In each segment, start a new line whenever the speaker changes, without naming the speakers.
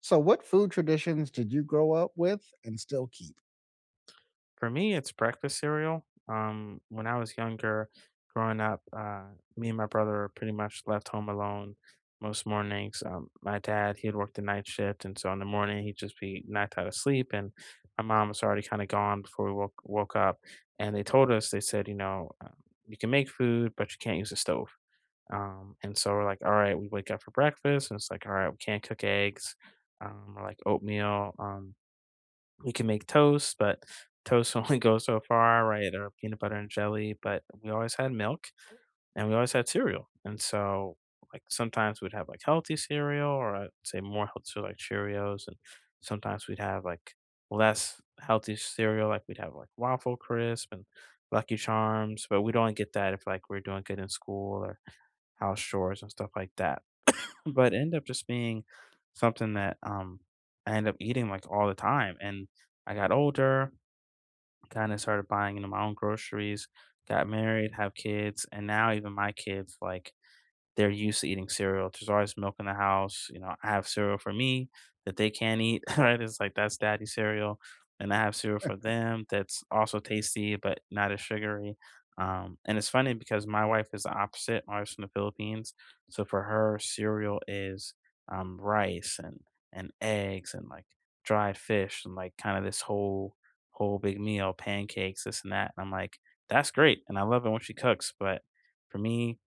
So, what food traditions did you grow up with and still keep?
For me, it's breakfast cereal. When I was younger, growing up, me and my brother pretty much left home alone most mornings. My dad, he had worked the night shift, and so in the morning he'd just be knocked out of sleep, and my mom was already kind of gone before we woke up. And they told us, they said, you can make food, but you can't use a stove. And so we're like, all right, we wake up for breakfast, and it's like, all right, we can't cook eggs, or like oatmeal. We can make toast, but toast only goes so far, right? Or peanut butter and jelly, but we always had milk and we always had cereal. And so, like, sometimes we'd have like healthy cereal, or I'd say more healthy, so like Cheerios. And sometimes we'd have like less healthy cereal, like we'd have like Waffle Crisp and Lucky Charms, but we'd only get that if like we are doing good in school or house chores and stuff like that, but end up just being something that I end up eating like all the time. And I got older, kind of started buying into my own groceries, got married, have kids, and now even my kids like they're used to eating cereal. There's always milk in the house. You know, I have cereal for me that they can't eat, right? It's like that's daddy cereal. And I have cereal for them that's also tasty, but not as sugary. And it's funny because my wife is the opposite. My wife's from the Philippines. So for her, cereal is rice and eggs and like dried fish and like kind of this whole big meal, pancakes, this and that. And I'm like, that's great. And I love it when she cooks, but for me,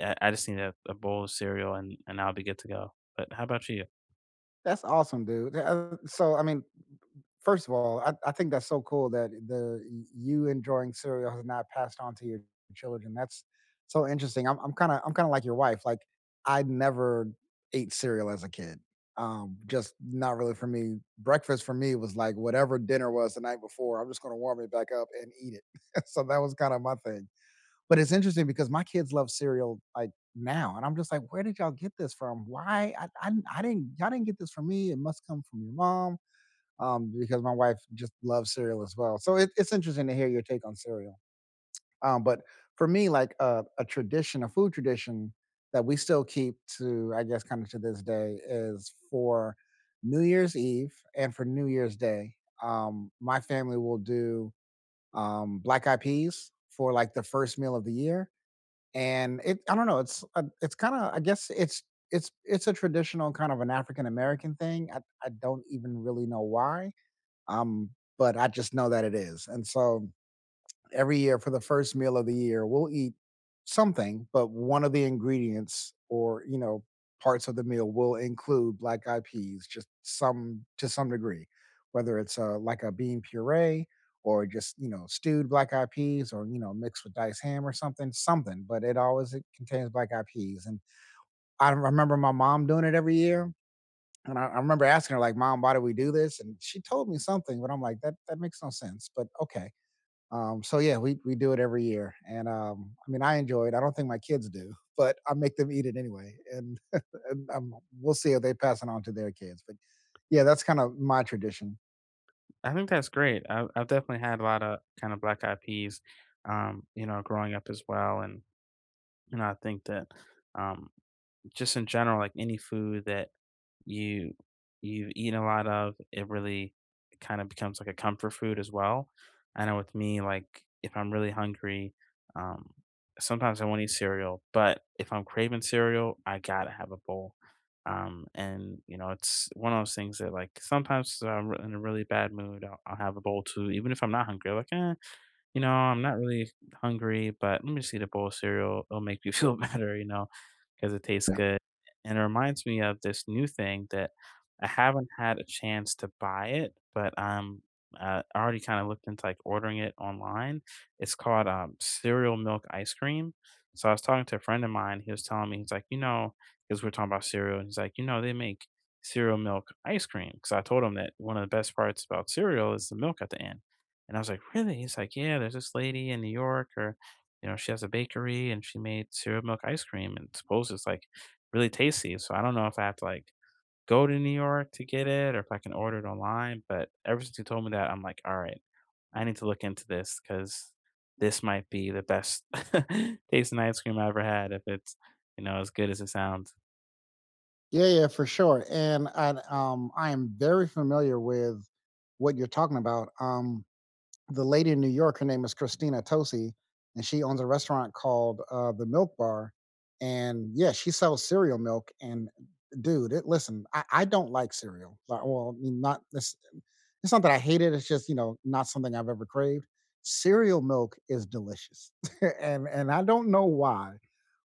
I just need a bowl of cereal and I'll be good to go. But how about you?
That's awesome, dude. So, I mean, first of all, I think that's so cool that the you enjoying cereal has not passed on to your children. That's so interesting. I'm kind of like your wife. Like, I never ate cereal as a kid. Just not really for me. Breakfast for me was like whatever dinner was the night before. I'm just gonna warm it back up and eat it. So that was kind of my thing. But it's interesting because my kids love cereal, like, now, and I'm just like, "Where did y'all get this from? Why? I didn't Y'all didn't get this from me. It must come from your mom," because my wife just loves cereal as well. So it's interesting to hear your take on cereal. But for me, like, a tradition, a food tradition that we still keep to, I guess, kinda to this day is for New Year's Eve and for New Year's Day, my family will do, black eyed peas for, like, the first meal of the year, and it I don't know, it's kinda I guess it's a traditional kind of an African American thing. I don't even really know why, um, but I just know that it is, and so every year for the first meal of the year, we'll eat something, but one of the ingredients or, you know, parts of the meal will include black eyed peas, just some to some degree, whether it's like a bean puree or just, you know, stewed black eyed peas or, you know, mixed with diced ham or something, something, but it always it contains black eyed peas. And I, remember my mom doing it every year. And I remember asking her, like, "Mom, why do we do this?" And she told me something, but I'm like, that makes no sense. But okay. So yeah, we do it every year, and I mean, I enjoy it. I don't think my kids do, but I make them eat it anyway, and and we'll see if they pass it on to their kids. But yeah, that's kind of my tradition.
I think that's great. I've definitely had a lot of kind of black eyed peas, you know, growing up as well, and you know, I think that um, Just in general, like any food that you you've eaten a lot of, it really kind of becomes like a comfort food as well. I know with me, like if I'm really hungry, um, sometimes I won't eat cereal, but if I'm craving cereal, I gotta have a bowl. And you know, it's one of those things that like sometimes in a really bad mood, I'll have a bowl too, even if I'm not hungry. Like, eh, you know, I'm not really hungry, but let me just eat a bowl of cereal. It'll make me feel better, 'cause it tastes
Yeah.
good, and it reminds me of this new thing that I haven't had a chance to buy it, but, I already kinda looked into, like, ordering it online. It's called, cereal milk ice cream. So I was talking to a friend of mine, he was telling me, he's like, "You know, because 'cause we're talking about cereal," and he's like, "You know, they make cereal milk ice cream." Because I told him that one of the best parts about cereal is the milk at the end, and I was like, "Really?" He's like, "Yeah, there's this lady in New York, or. You know, she has a bakery and she made cereal milk ice cream and suppose it's like really tasty." So I don't know if I have to like go to New York to get it or if I can order it online. But ever since you told me that, I'm like, all right, I need to look into this because this might be the best tasting ice cream I ever had if it's, you know, as good as it sounds.
Yeah, yeah, for sure. And I am very familiar with what you're talking about. The lady in New York, her name is Christina Tosi, and she owns a restaurant called the Milk Bar. And yeah, she sells cereal milk. And dude, it, listen, I don't like cereal. Like, well, I mean, not this. It's not that I hate it. It's just, you know, not something I've ever craved. Cereal milk is delicious, and I don't know why,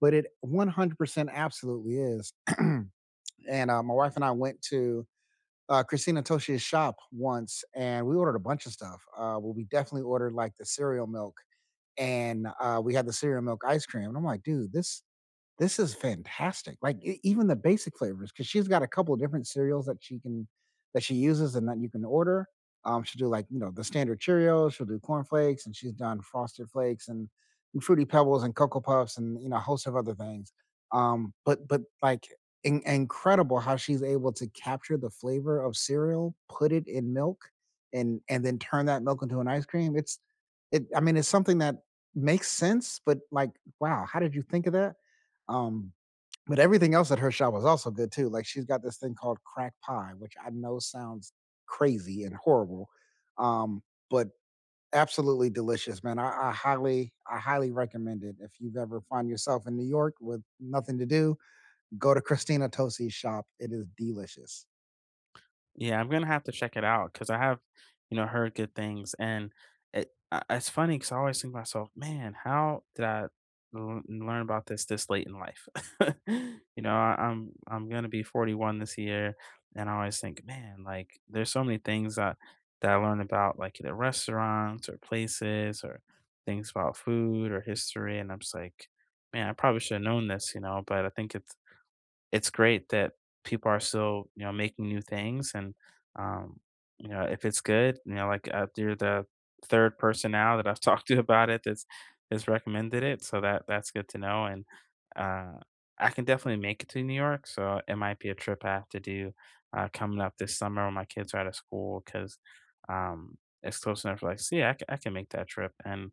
but it 100% absolutely is. And my wife and I went to Christina Toshi's shop once, and we ordered a bunch of stuff. Well, we definitely ordered like the cereal milk, and we had the cereal milk ice cream. And I'm like, dude, this is fantastic. Like e even the basic flavors, because 'cause she's got a couple of different cereals that she can that she uses and that you can order. She'll do, like, you know, the standard Cheerios, she'll do Corn Flakes, and she's done Frosted Flakes and Fruity Pebbles and Cocoa Puffs and, you know, a host of other things. But like incredible how she's able to capture the flavor of cereal, put it in milk, and then turn that milk into an ice cream. It's it. I mean, it's something that makes sense, but like, wow, how did you think of that? Um, but everything else at her shop was also good too. Like, she's got this thing called crack pie, which I know sounds crazy and horrible, um, but absolutely delicious, man. I highly recommend it. If you've ever find yourself in New York with nothing to do, go to Christina Tosi's shop. It is delicious.
Yeah, I'm gonna have to check it out because I have, you know, heard good things, and it's funny because I always think to myself, man, how did learn about this this late in life? You know, I'm gonna be 41 this year, and I always think, man, like there's so many things that I learned about, like either restaurants or places or things about food or history, and I'm just like, man, I probably should have known this, you know. But I think it's great that people are still, you know, making new things and um, you know, if it's good, you know, like you're the third person now that I've talked to about it that's has recommended it. So that's good to know. And uh I can definitely make it to New York. So it might be a trip I have to do coming up this summer when my kids are out of school because it's close enough, like, see, I can make that trip. And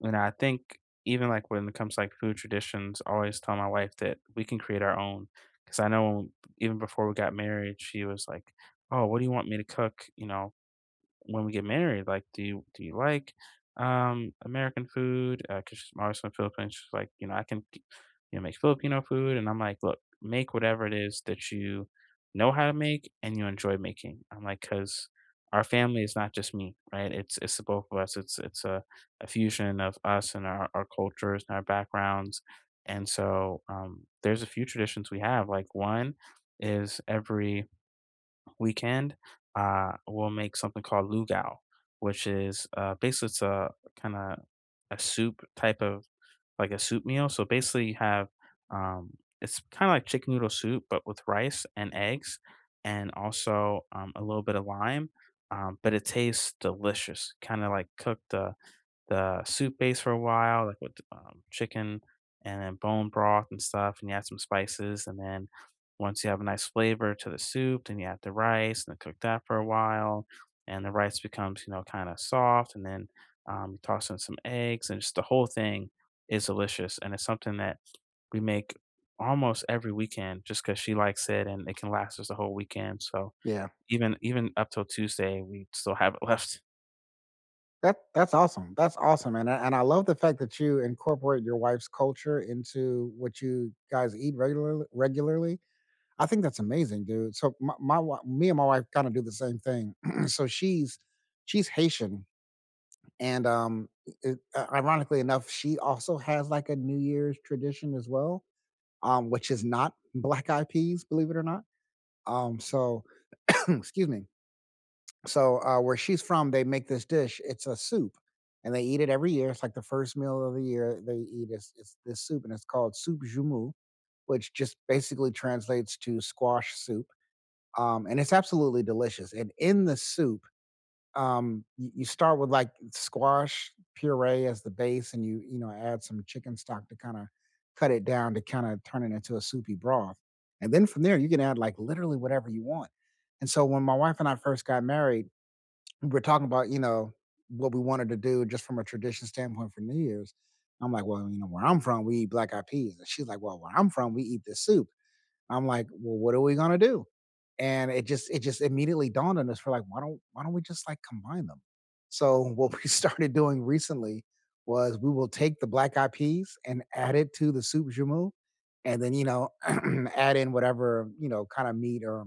and I think even, like, when it comes to, like, food traditions, I always tell my wife that we can create our own. Because I know even before we got married, she was like, "Oh, what do you want me to cook?" You know, when we get married, like, "Do you like, um, American food?" Because she's my wife's from the Philippines. She's like, "You know, I can, you know, make Filipino food," and I'm like, "Look, make whatever it is that you know how to make and you enjoy making." I'm like, "'Cause our family is not just me, right? It's the both of us. It's a fusion of us and our cultures and our backgrounds." And so, um, there's a few traditions we have, like, one is every weekend, we'll make something called lugao, which is basically it's a kind of a soup type of like a soup meal. So basically, you have um, it's kind of like chicken noodle soup, but with rice and eggs, and also a little bit of lime. But it tastes delicious, kind of like cooked. The soup base for a while, like with, chicken and then bone broth and stuff, and you add some spices, and then once you have a nice flavor to the soup, then you add the rice and cook that for a while, and the rice becomes, you know, kinda soft, and then, you toss in some eggs, and just the whole thing is delicious, and it's something that we make almost every weekend just because she likes it, and it can last us the whole weekend, so
Yeah.
even up till Tuesday, we still have it left.
That that's awesome. That's awesome, man. And I love the fact that you incorporate your wife's culture into what you guys eat regularly. Regularly, I think that's amazing, dude. So me and my wife kind of do the same thing. So she's Haitian, and it, ironically enough, she also has like a New Year's tradition as well, which is not black eyed peas, believe it or not. So excuse me. So where she's from, they make this dish. It's a soup, and they eat it every year. It's like the first meal of the year they eat is this soup, and it's called soup jumu, which just basically translates to squash soup, and it's absolutely delicious. And in the soup, you start with like squash puree as the base, and you know add some chicken stock to cut it down to kind of turn it into a soupy broth. And then from there, you can add like literally whatever you want. And so when my wife and I first got married, we were talking about, you know, what we wanted to do just from a tradition standpoint for New Year's. I'm like, well, you know, where I'm from, we eat black eyed peas, and she's like, well, where I'm from, we eat this soup. I'm like, "Well, what are we gonna do?" And it just immediately dawned on us. We're like, Why don't we just like combine them?" So what we started doing recently was we will take the black eyed peas and add it to the soup jumeau, and then, you know, add in whatever, you know, kind of meat or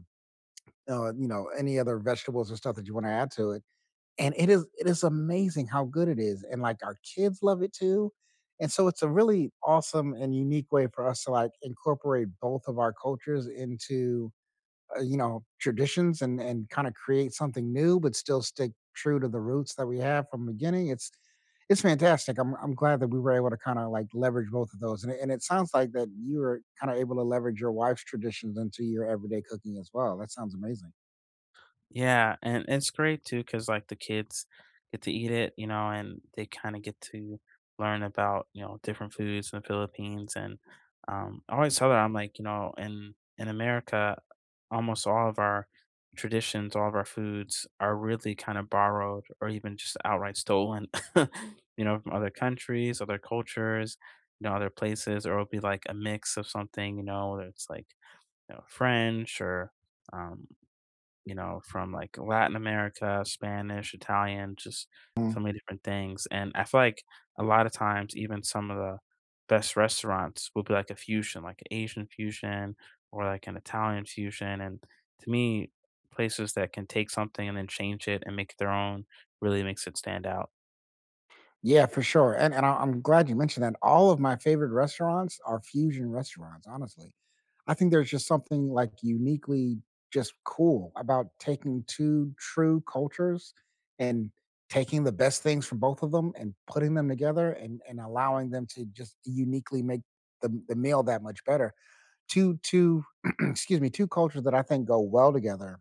you know, any other vegetables or stuff that you want to add to it, and it is amazing how good it is, and like our kids love it too, and so it's a really awesome and unique way for us to like incorporate both of our cultures into you know, traditions, and kind of create something new but still stick true to the roots that we have from the beginning. It's fantastic. I'm glad that we were able to kind of like leverage both of those, and and it sounds like that you were kind of able to leverage your wife's traditions into your everyday cooking as well. That sounds amazing.
Yeah, and it's great too because like, the kids get to eat it, you know, and they kinda get to learn about, you know, different foods in the Philippines, and, I always tell her, I'm like, you know, in America, almost all of our traditions, all of our foods are really kinda borrowed or even just outright stolen, you know, from other countries, other cultures, you know, other places, or it'll be like a mix of something, you know, whether it's like, you know, French or, um you know, from, like, Latin America, Spanish, Italian, just so many different things, and I feel like a lot of times even some of the best restaurants will be, like, a fusion, like, a Asian fusion or, like, an Italian fusion, and to me, places that can take something and then change it and make it their own really makes it stand out.
Yeah, for sure, and I'm glad you mentioned that. All of my favorite restaurants are fusion restaurants, honestly. I think there's just something, like, uniquely just cool about taking two true cultures and taking the best things from both of them and putting them together and allowing them to just uniquely make the meal that much better. 2 2 Excuse me, two cultures that I think go well together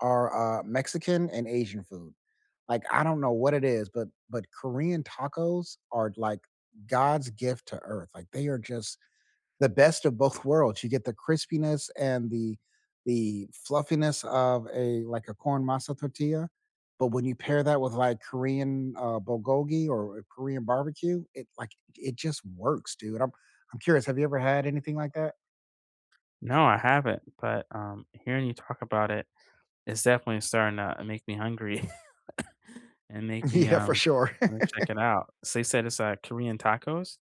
are, Mexican and Asian food. Like, I don't know what it is, but Korean tacos are like God's gift to earth. Like, they are just the best of both worlds. You get the crispiness and the fluffiness of a like a corn masa tortilla, but when you pair that with like Korean bulgogi or a Korean barbecue, it like it just works, dude. I'm curious. Have you ever had anything like that?
No, I haven't, but, hearing you talk about it, it's definitely starting to make me hungry and make me,
Yeah, for sure.
wanna check it out. So you said it's, Korean tacos?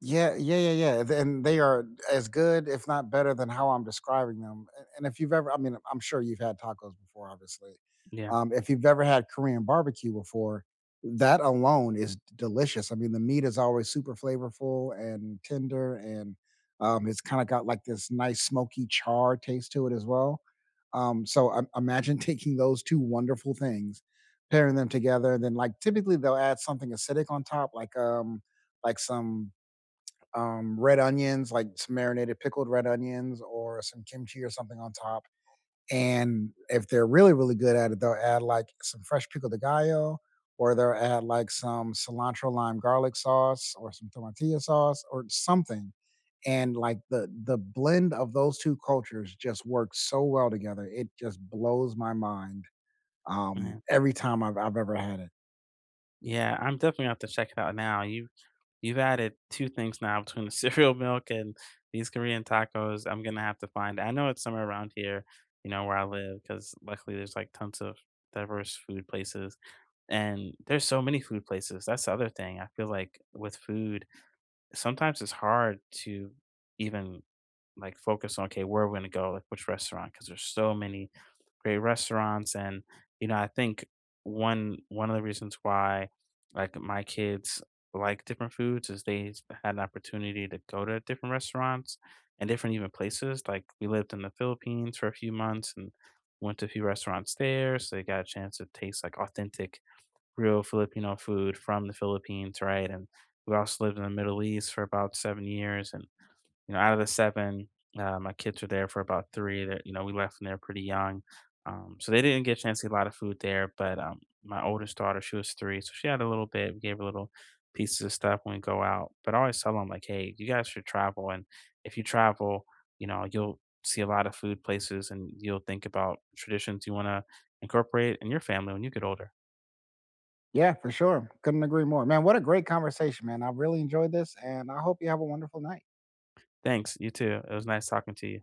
Yeah, yeah, yeah, yeah. And they are as good, if not better, than how I'm describing them. And if you've ever, I mean, I'm sure you've had tacos before, obviously.
Yeah,
If you've ever had Korean barbecue before, that alone is delicious. I mean, the meat is always super flavorful and tender, and it's kind of got like this nice smoky char taste to it as well. Imagine taking those two wonderful things, pairing them together, and then like typically they'll add something acidic on top, like some red onions, like some marinated pickled red onions or some kimchi or something on top. And if they're really, really good at it, they'll add like some fresh pico de gallo or they'll add like some cilantro lime garlic sauce or some tomatillo sauce or something. And like the blend of those two cultures just works so well together. It just blows my mind,
yeah.
every time I've ever had it.
Yeah, I'm definitely gonna have to check it out now. You've added two things now between the cereal milk and these Korean tacos. I'm gonna have to find I know it's somewhere around here, you know, where I live, because luckily there's, like, tons of diverse food places, and there's so many food places. That's the other thing. I feel like with food sometimes it's hard to even like focus on okay where we're going to go like which restaurant because there's so many great restaurants, and you know I think one of the reasons why like my kids like different foods is had an opportunity to go to different restaurants and different even places like we lived in the Philippines for a few months and went to a few restaurants there so they got a chance to taste like authentic real Filipino food from the Philippines, right? And we also lived in the Middle East for about 7 years. And, you know, out of the seven, my kids were there for about three. That, you know, we left when they were pretty young. So they didn't get a chance to eat a lot of food there. But my oldest daughter, she was three. So she had a little bit. We gave her little pieces of stuff when we go out. But I always tell them, like, hey, you guys should travel. And if you travel, you know, you'll see a lot of food places and you'll think about traditions you want to incorporate in your family when you get older.
Yeah, for sure. Couldn't agree more. Man, what a great conversation, man. I really enjoyed this, and I hope you have a wonderful night.
Thanks, you too. It was nice talking to you.